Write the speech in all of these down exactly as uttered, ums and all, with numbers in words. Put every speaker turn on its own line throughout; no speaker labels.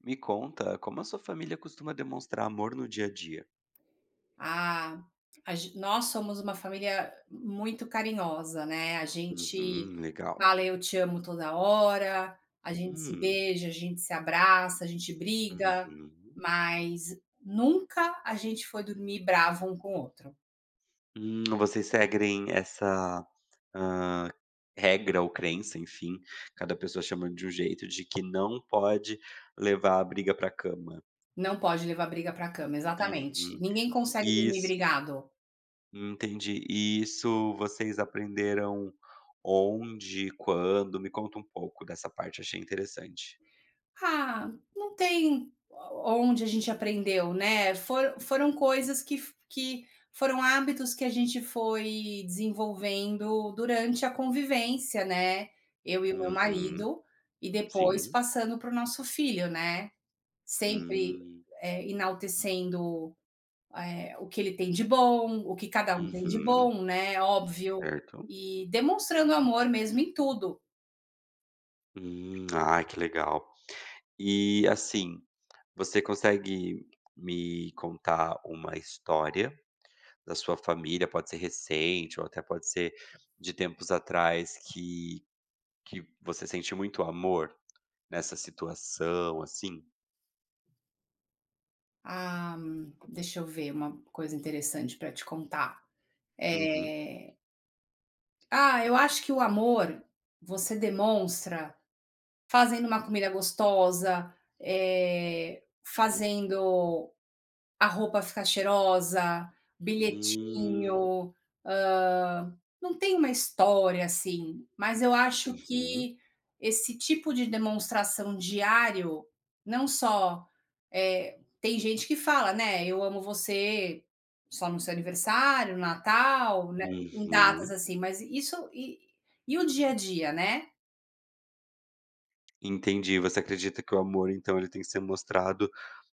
Me conta, como a sua família costuma demonstrar amor no dia a dia?
A a gen Nós somos uma família muito carinhosa, né, a gente
Uhum, legal.
fala "eu te amo" toda hora, a gente se
Hum,
beija, a gente se abraça, a gente briga,
uhum.
mas nunca a gente foi dormir bravo um com o outro.
Hum, vocês seguem essa, hã, regra ou crença, enfim, cada pessoa chama de um jeito, de que não pode levar a briga pra cama.
Não pode levar briga pra cama, exatamente.
Uhum.
Ninguém consegue dormir
Isso,
brigado.
entendi. E isso vocês aprenderam onde, quando? Me conta um pouco dessa parte, achei interessante.
Ah, não tem onde a gente aprendeu, né, for foram coisas que que foram hábitos que a gente foi desenvolvendo durante a convivência, né, eu e o meu
Uhum,
marido, e depois
sim.
passando para o nosso filho, né, sempre,
Hum.
eh, enaltecendo, eh, o que ele tem de bom, o que cada um tem de
Uhum,
bom, né, óbvio,
certo.
e demonstrando amor mesmo em tudo.
Hum, ai que legal. E, assim, você consegue me contar uma história da sua família, pode ser recente ou até pode ser de tempos atrás, que que você sente muito amor nessa situação, assim?
Ah, deixa eu ver uma coisa interessante para te contar.
Uhum.
Eh, ah, eu acho que o amor você demonstra fazendo uma comida gostosa, eh, fazendo a roupa ficar cheirosa,
Hum,
bilhetinho, hã, não tem uma história, assim, mas eu acho
uhum,
que esse tipo de demonstração diário, não só, eh, tem gente que fala, né: "Eu amo você só no seu aniversário, Natal", né, em datas
uhum.
assim, mas isso e e o dia a dia, né.
Entendi, você acredita que o amor então ele tem que ser mostrado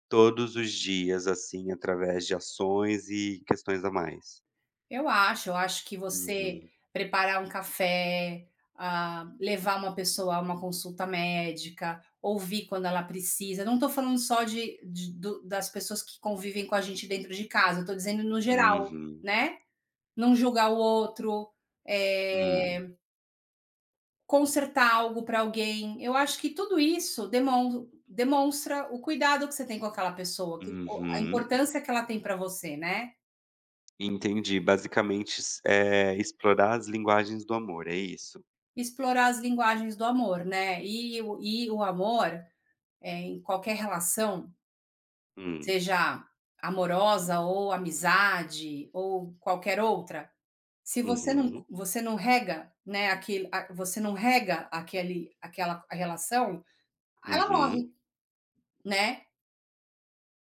todos os dias, assim, através de ações e questões a mais.
Eu acho, eu acho que você
Uhum,
preparar um café, ah, levar uma pessoa a uma consulta médica, ouvir quando ela precisa, não estou falando só de de do das pessoas que convivem com a gente dentro de casa, estou dizendo no geral,
uhum,
né. Não julgar o outro,
hum,
eh, consertar algo para alguém, eu acho que tudo isso demon demonstra o cuidado que você tem com aquela pessoa, que a
uhum.
importância que ela tem para você, né.
Entendi, basicamente s eh, explorar as linguagens do amor, é isso?
Explorar as linguagens do amor, né, e o e o amor, eh, em qualquer relação,
Hum,
seja amorosa ou amizade ou qualquer outra, se você não
uhum,
você não rega, né, aquele a você não rega aquele aquela relação, ela
uhum.
morre, né.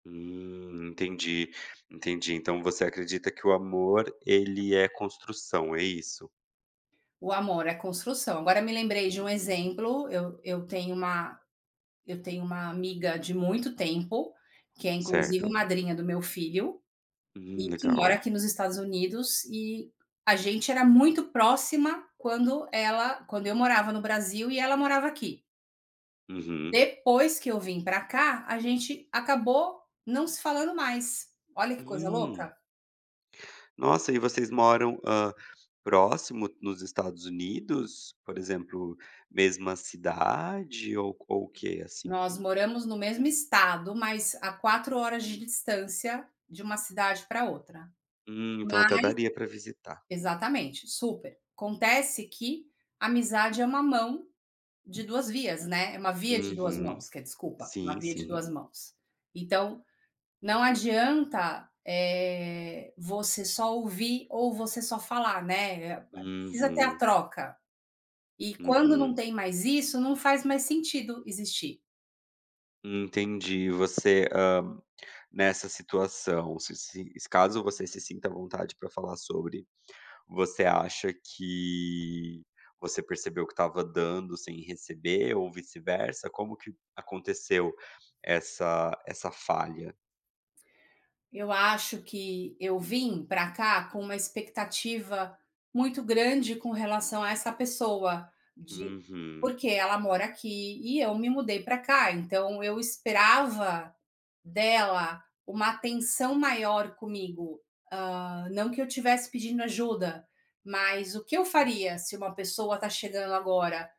Hum, entendi, entendi. Então você acredita que o amor, ele é construção, é isso?
O amor é construção. Agora me lembrei de um
Uhum.
exemplo, eu eu tenho uma eu tenho uma amiga de muito tempo, que é inclusive
Certo.
madrinha do meu filho,
Hum,
e que mora
legal.
aqui nos Estados Unidos e a gente era muito próxima quando ela quando eu morava no Brasil e ela morava aqui.
Uhum.
Depois que eu vim para cá, a gente acabou não se falando mais. Olha que coisa
Hum.
louca.
Nossa, e vocês moram, hã, próximo nos Estados Unidos? Por exemplo, mesma cidade ou ou o quê, assim?
Nós moramos no mesmo estado, mas a quatro horas de distância de uma cidade para outra.
Hum, então
Ma
até daria para visitar.
Exatamente, super. Acontece que amizade é uma mão de duas vias, né, é uma via de duas
Uhum.
mãos, que é desculpa, uma
Sim,
via de
sim.
duas mãos. Então, não adianta, eh, você só ouvir ou você só falar, né, é, precisa ter a
Uhum,
troca. E quando não
uhum.
tem mais isso, não faz mais sentido existir.
Entendi. Você, hã, nessa situação, se se se caso você se sinta à vontade para falar sobre. Você acha que você percebeu que estava dando sem receber ou vice-versa? Como que aconteceu essa essa falha?
Eu acho que eu vim para cá com uma expectativa muito grande com relação a essa pessoa, de
Uhum,
porque ela mora aqui e eu me mudei para cá, então eu esperava dela uma atenção maior comigo. Hã, não que eu estivesse pedindo ajuda, mas o que eu faria se uma pessoa está chegando agora?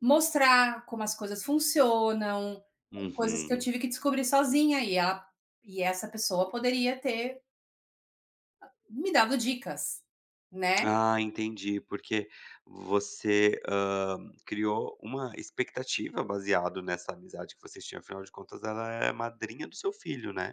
Mostrar como as coisas funcionam, coisas que eu
uhum.
tive que descobrir sozinha e ela e essa pessoa poderia ter me dado dicas, né.
Ah, entendi, porque você, hã, criou uma expectativa baseado nessa amizade que vocês tinham, afinal de contas ela é a madrinha do seu filho, né.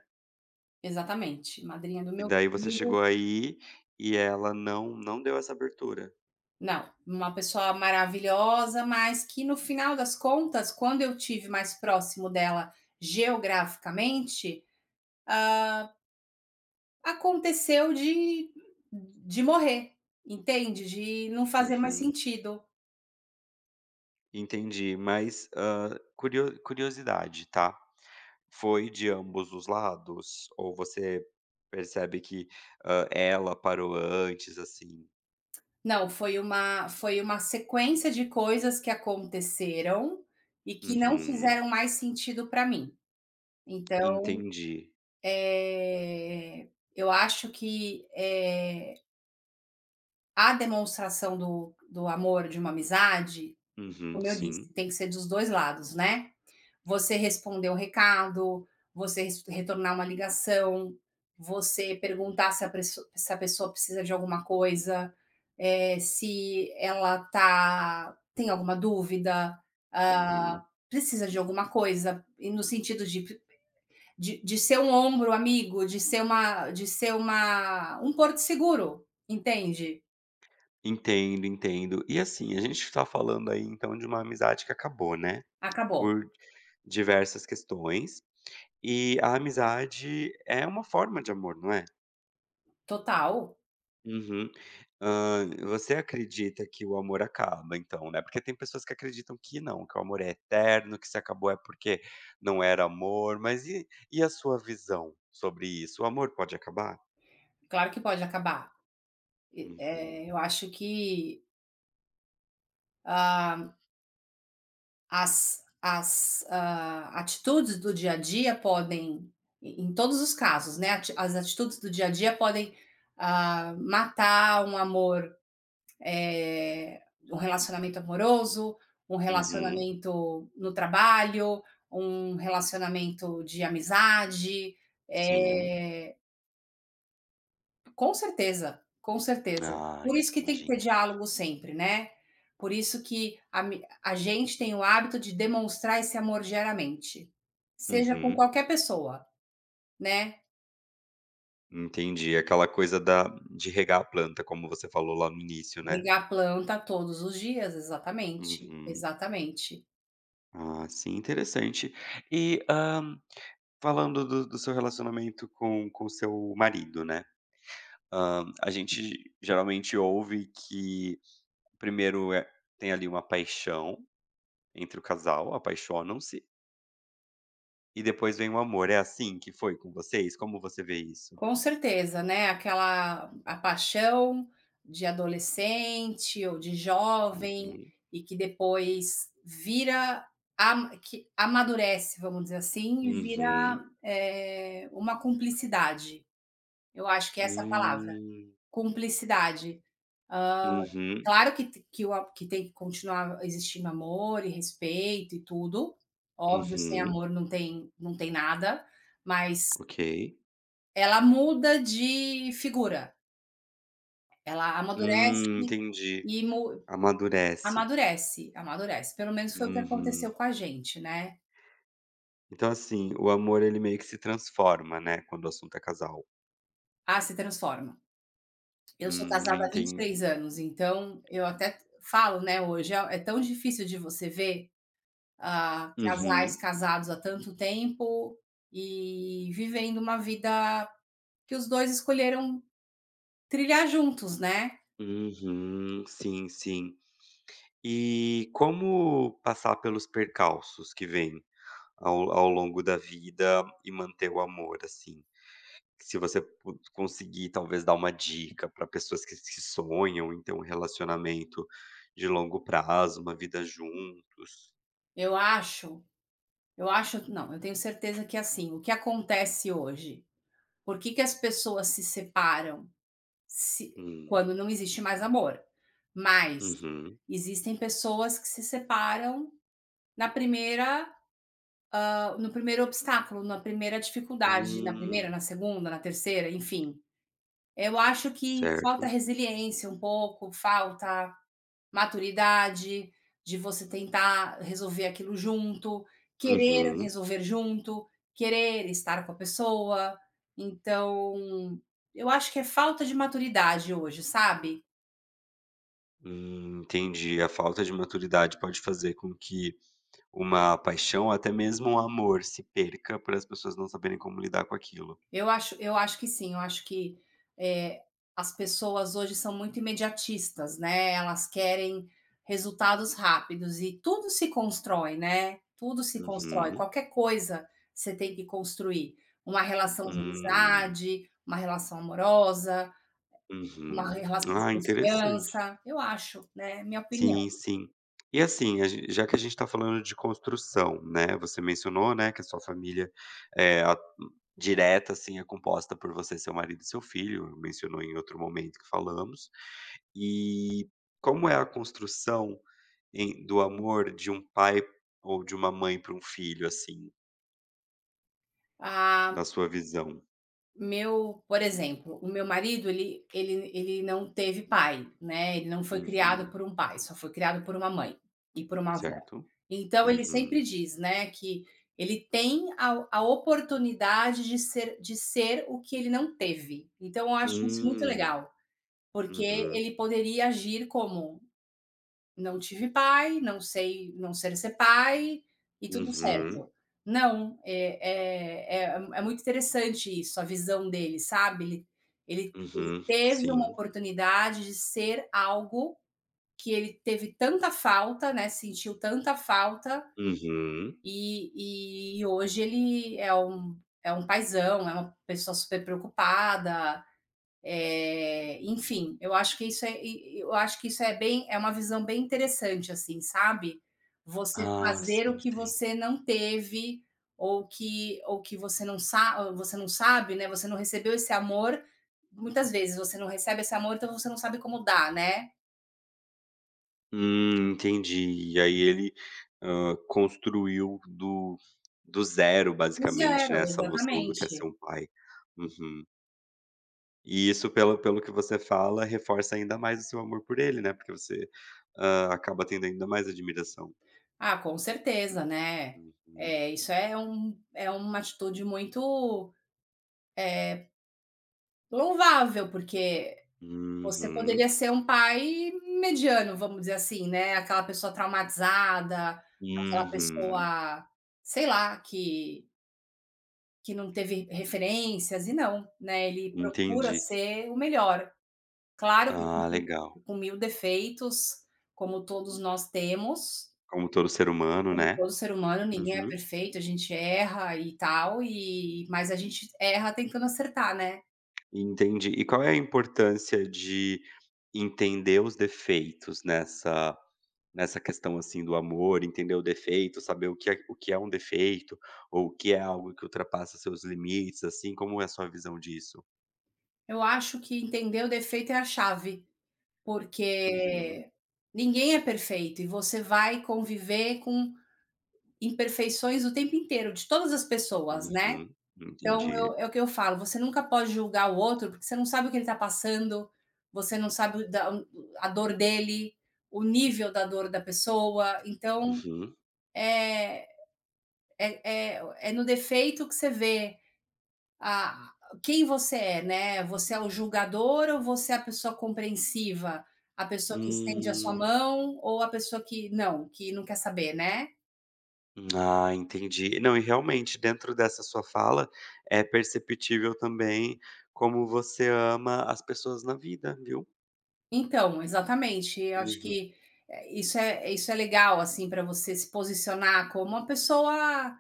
Exatamente, madrinha do
E
meu
daí você
filho
chegou aí e ela não não deu essa abertura.
não, uma pessoa maravilhosa, mas que no final das contas, quando eu tive mais próximo dela geograficamente, aconteceu de de morrer, entende, de não fazer mais
Uhum.
sentido.
Entendi, mas, hã, curio curiosidade, tá? Foi de ambos os lados? Ou você percebe que, hã, ela parou antes, assim?
Não, foi uma foi uma sequência de coisas que aconteceram e que não
Uhum,
fizeram mais sentido para mim. Então,
entendi.
eh, eu acho que, eh, a demonstração do do amor de uma amizade
Uhum,
como eu
sim.
disse, tem que ser dos dois lados, né. Você responder o recado, você res retornar uma ligação, você perguntar se a presso se a pessoa precisa de alguma coisa, eh, se ela tá tem alguma dúvida, hã,
Uhum.
precisa de alguma coisa, e no sentido de de de ser um ombro amigo, de ser uma de ser uma um porto seguro, entende.
Entendo, entendo. E, assim, a gente tá falando aí, então, de uma amizade que acabou, né,
Acabou.
por diversas questões. E a amizade é uma forma de amor, não é?
Total,
Uhum. Hã, você acredita que o amor acaba então, né, porque tem pessoas que acreditam que não, que o amor é eterno, que se acabou é porque não era amor, mas e e a sua visão sobre isso? O amor pode acabar?
claro que pode acabar. E, eh,
Uhum,
eu acho que, ah, as as, ah, atitudes do dia a dia podem, em em todos os casos, né, ati as atitudes do dia a dia podem, ah, matar um amor, eh, um relacionamento amoroso, um
uhum,
relacionamento no trabalho, um relacionamento de amizade,
sim.
eh com certeza, com certeza.
Ah,
Por isso que tem
entendi,
que ter
entendi.
diálogo sempre, né. Por isso que a mi a gente tem o hábito de demonstrar esse amor diariamente, seja com
Uhum,
qualquer pessoa, né.
entendi. Aquela coisa da de regar a planta, como você falou lá no início, né.
Regar a planta todos os dias, exatamente,
Uhum.
exatamente.
Ah, sim, interessante. E, falando do do seu relacionamento com com o seu marido, né, hã, a gente geralmente ouve que primeiro é tem ali uma paixão entre o casal, apaixonam-se, e depois vem o amor. É assim que foi com vocês? Como você vê isso?
Com certeza, né, aquela a paixão de adolescente ou de jovem
Uhum,
e que depois vira a que amadurece, vamos dizer assim, e vira,
uhum,
eh, uma cumplicidade. Eu acho que é essa a palavra,
hum,
cumplicidade. Ah,
uhum,
claro que t que o a que tem que continuar existindo amor e respeito e tudo. Óbvio, sem
uhum,
amor não tem não tem nada, mas
ok.
ela muda de figura. Ela
Hum,
amadurece
entendi.
e mu
Amadurece.
amadurece, amadurece. Pelo menos foi o que aconteceu
Uhum.
com a gente, né.
Então, assim, o amor ele meio que se transforma, né, quando o assunto é casal.
Ah, se transforma. Eu sou
Hum,
casada há
enten
vinte e três anos, então eu até falo, né, hoje, é é tão difícil de você ver, ah, casais
Uhum,
casados há tanto tempo e vivendo uma vida que os dois escolheram trilhar juntos, né.
uhum, sim, sim. E como passar pelos percalços que vêm ao ao longo da vida e manter o amor, assim? Se você pu conseguir talvez dar uma dica para pessoas que que sonham em ter um relacionamento de longo prazo, uma vida juntos.
Eu acho eu acho não, eu tenho certeza que, é assim, o que acontece hoje, por que que as pessoas se separam? Se
Hum,
quando não existe mais amor. Mas
uhum.
existem pessoas que se separam na primeira hã, no primeiro obstáculo, na primeira dificuldade, na primeira,
Hum,
na segunda, na terceira, enfim. Eu acho que falta
certo.
resiliência um pouco, falta maturidade de você tentar resolver aquilo junto, querer
Uhum.
resolver junto, querer estar com a pessoa. Então, eu acho que é falta de maturidade hoje, sabe?
Hum, entendi. A falta de maturidade pode fazer com que uma paixão ou até mesmo um amor se perca para as pessoas não saberem como lidar com aquilo.
Eu acho eu acho que sim, eu acho que, eh, as pessoas hoje são muito imediatistas, né, elas querem resultados rápidos e tudo se constrói, né, tudo se constrói,
Uhum.
qualquer coisa você tem que construir, uma relação de
Hum.
amizade, uma relação amorosa, uma
Uhum.
relação de
Ah, interessante.
confiança, eu acho, né, é minha opinião.
Sim, sim. E assim, a gen já que a gente está falando de construção, né, você mencionou, né, que a sua família, é a direta, assim, é composta por você, seu marido e seu filho, mencionou em outro momento que falamos. E como é a construção em do amor de um pai ou de uma mãe para um filho, assim?
Ah,
Da sua visão.
Meu por exemplo, o meu marido ele ele ele não teve pai, né, ele não foi criado
Uhum.
por um pai, só foi criado por uma mãe e por uma avó.
Certo.
Então ele sempre
Uhum.
diz, né, que ele tem a a oportunidade de ser de ser o que ele não teve. Então eu acho isso muito
Hum.
legal, porque
Uhum.
ele poderia agir como não tive pai, não sei não sei ser pai, e tudo certo.
Uhum.
Não, é é é é muito interessante isso, a visão dele, sabe. Ele ele ele
Uhum.
teve uma
Sim.
oportunidade de ser algo que ele teve tanta falta, né, sentiu tanta falta,
Uhum.
e e hoje ele é um é um paizão, é uma pessoa super preocupada, é, enfim, eu acho que isso é, eu acho que isso é bem, é uma visão bem interessante, assim, sabe? Você
Ah,
fazer o
sim,
que
sei.
você não teve ou que ou que você não sabe, você não sabe, né? Você não recebeu esse amor. Muitas vezes você não recebe esse amor, então você não sabe como dar, né?
Hum, entendi. E aí ele, hã, construiu do do zero
Do
basicamente,
zero,
né, essa noção do que é ser
exatamente.
um pai. Uhum. E isso pelo pelo que você fala, reforça ainda mais o seu amor por ele, né, porque você, hã, acaba tendo ainda mais admiração.
Ah, com certeza, né?
Uhum.
É, isso é um, é uma atitude muito louvável, porque você
Uhum.
poderia ser um pai mediano, vamos dizer assim, né, aquela pessoa traumatizada, aquela
Uhum,
pessoa, sei lá, que que não teve referências e não, né, ele procura
entendi.
ser o melhor. Claro que
Ah,
com
legal.
com mil defeitos, como todos nós temos,
Como todo ser humano,
como
né.
todo ser humano, ninguém é
Uhum,
perfeito, a gente erra e tal, e mas a gente erra tentando acertar, né.
entendi. E qual é a importância de entender os defeitos nessa nessa questão, assim, do amor, entender o defeito, saber o que é o que é um defeito, ou o que é algo que ultrapassa seus limites, assim, como é a sua visão disso?
Eu acho que entender o defeito é a chave.
Uhum,
Porque ninguém é perfeito e você vai conviver com imperfeições o tempo inteiro, de todas as pessoas, né.
uhum,
Então eu
entendi.
é o que eu falo, você nunca pode julgar o outro, porque você não sabe o que ele está passando, você não sabe o da a dor dele, o nível da dor da pessoa, então
Uhum.
é é é no defeito que você vê a quem você é, né? Você é o julgador ou você é a pessoa compreensiva? A pessoa que estende a sua
Hum.
mão ou a pessoa que não, que não quer saber, né?
Ah, entendi. Não, e realmente, dentro dessa sua fala, é perceptível também como você ama as pessoas na vida, viu?
Então, exatamente, eu acho
Uhum.
que eh, isso é isso é legal, assim, para você se posicionar como uma pessoa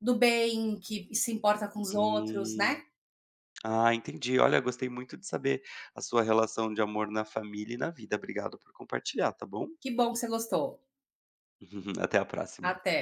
do bem, que se importa com os outros, né?
Hum. Ah, entendi. Olha, gostei muito de saber a sua relação de amor na família e na vida. Obrigado por compartilhar, tá bom?
Que bom que você gostou.
Até a próxima.
Até.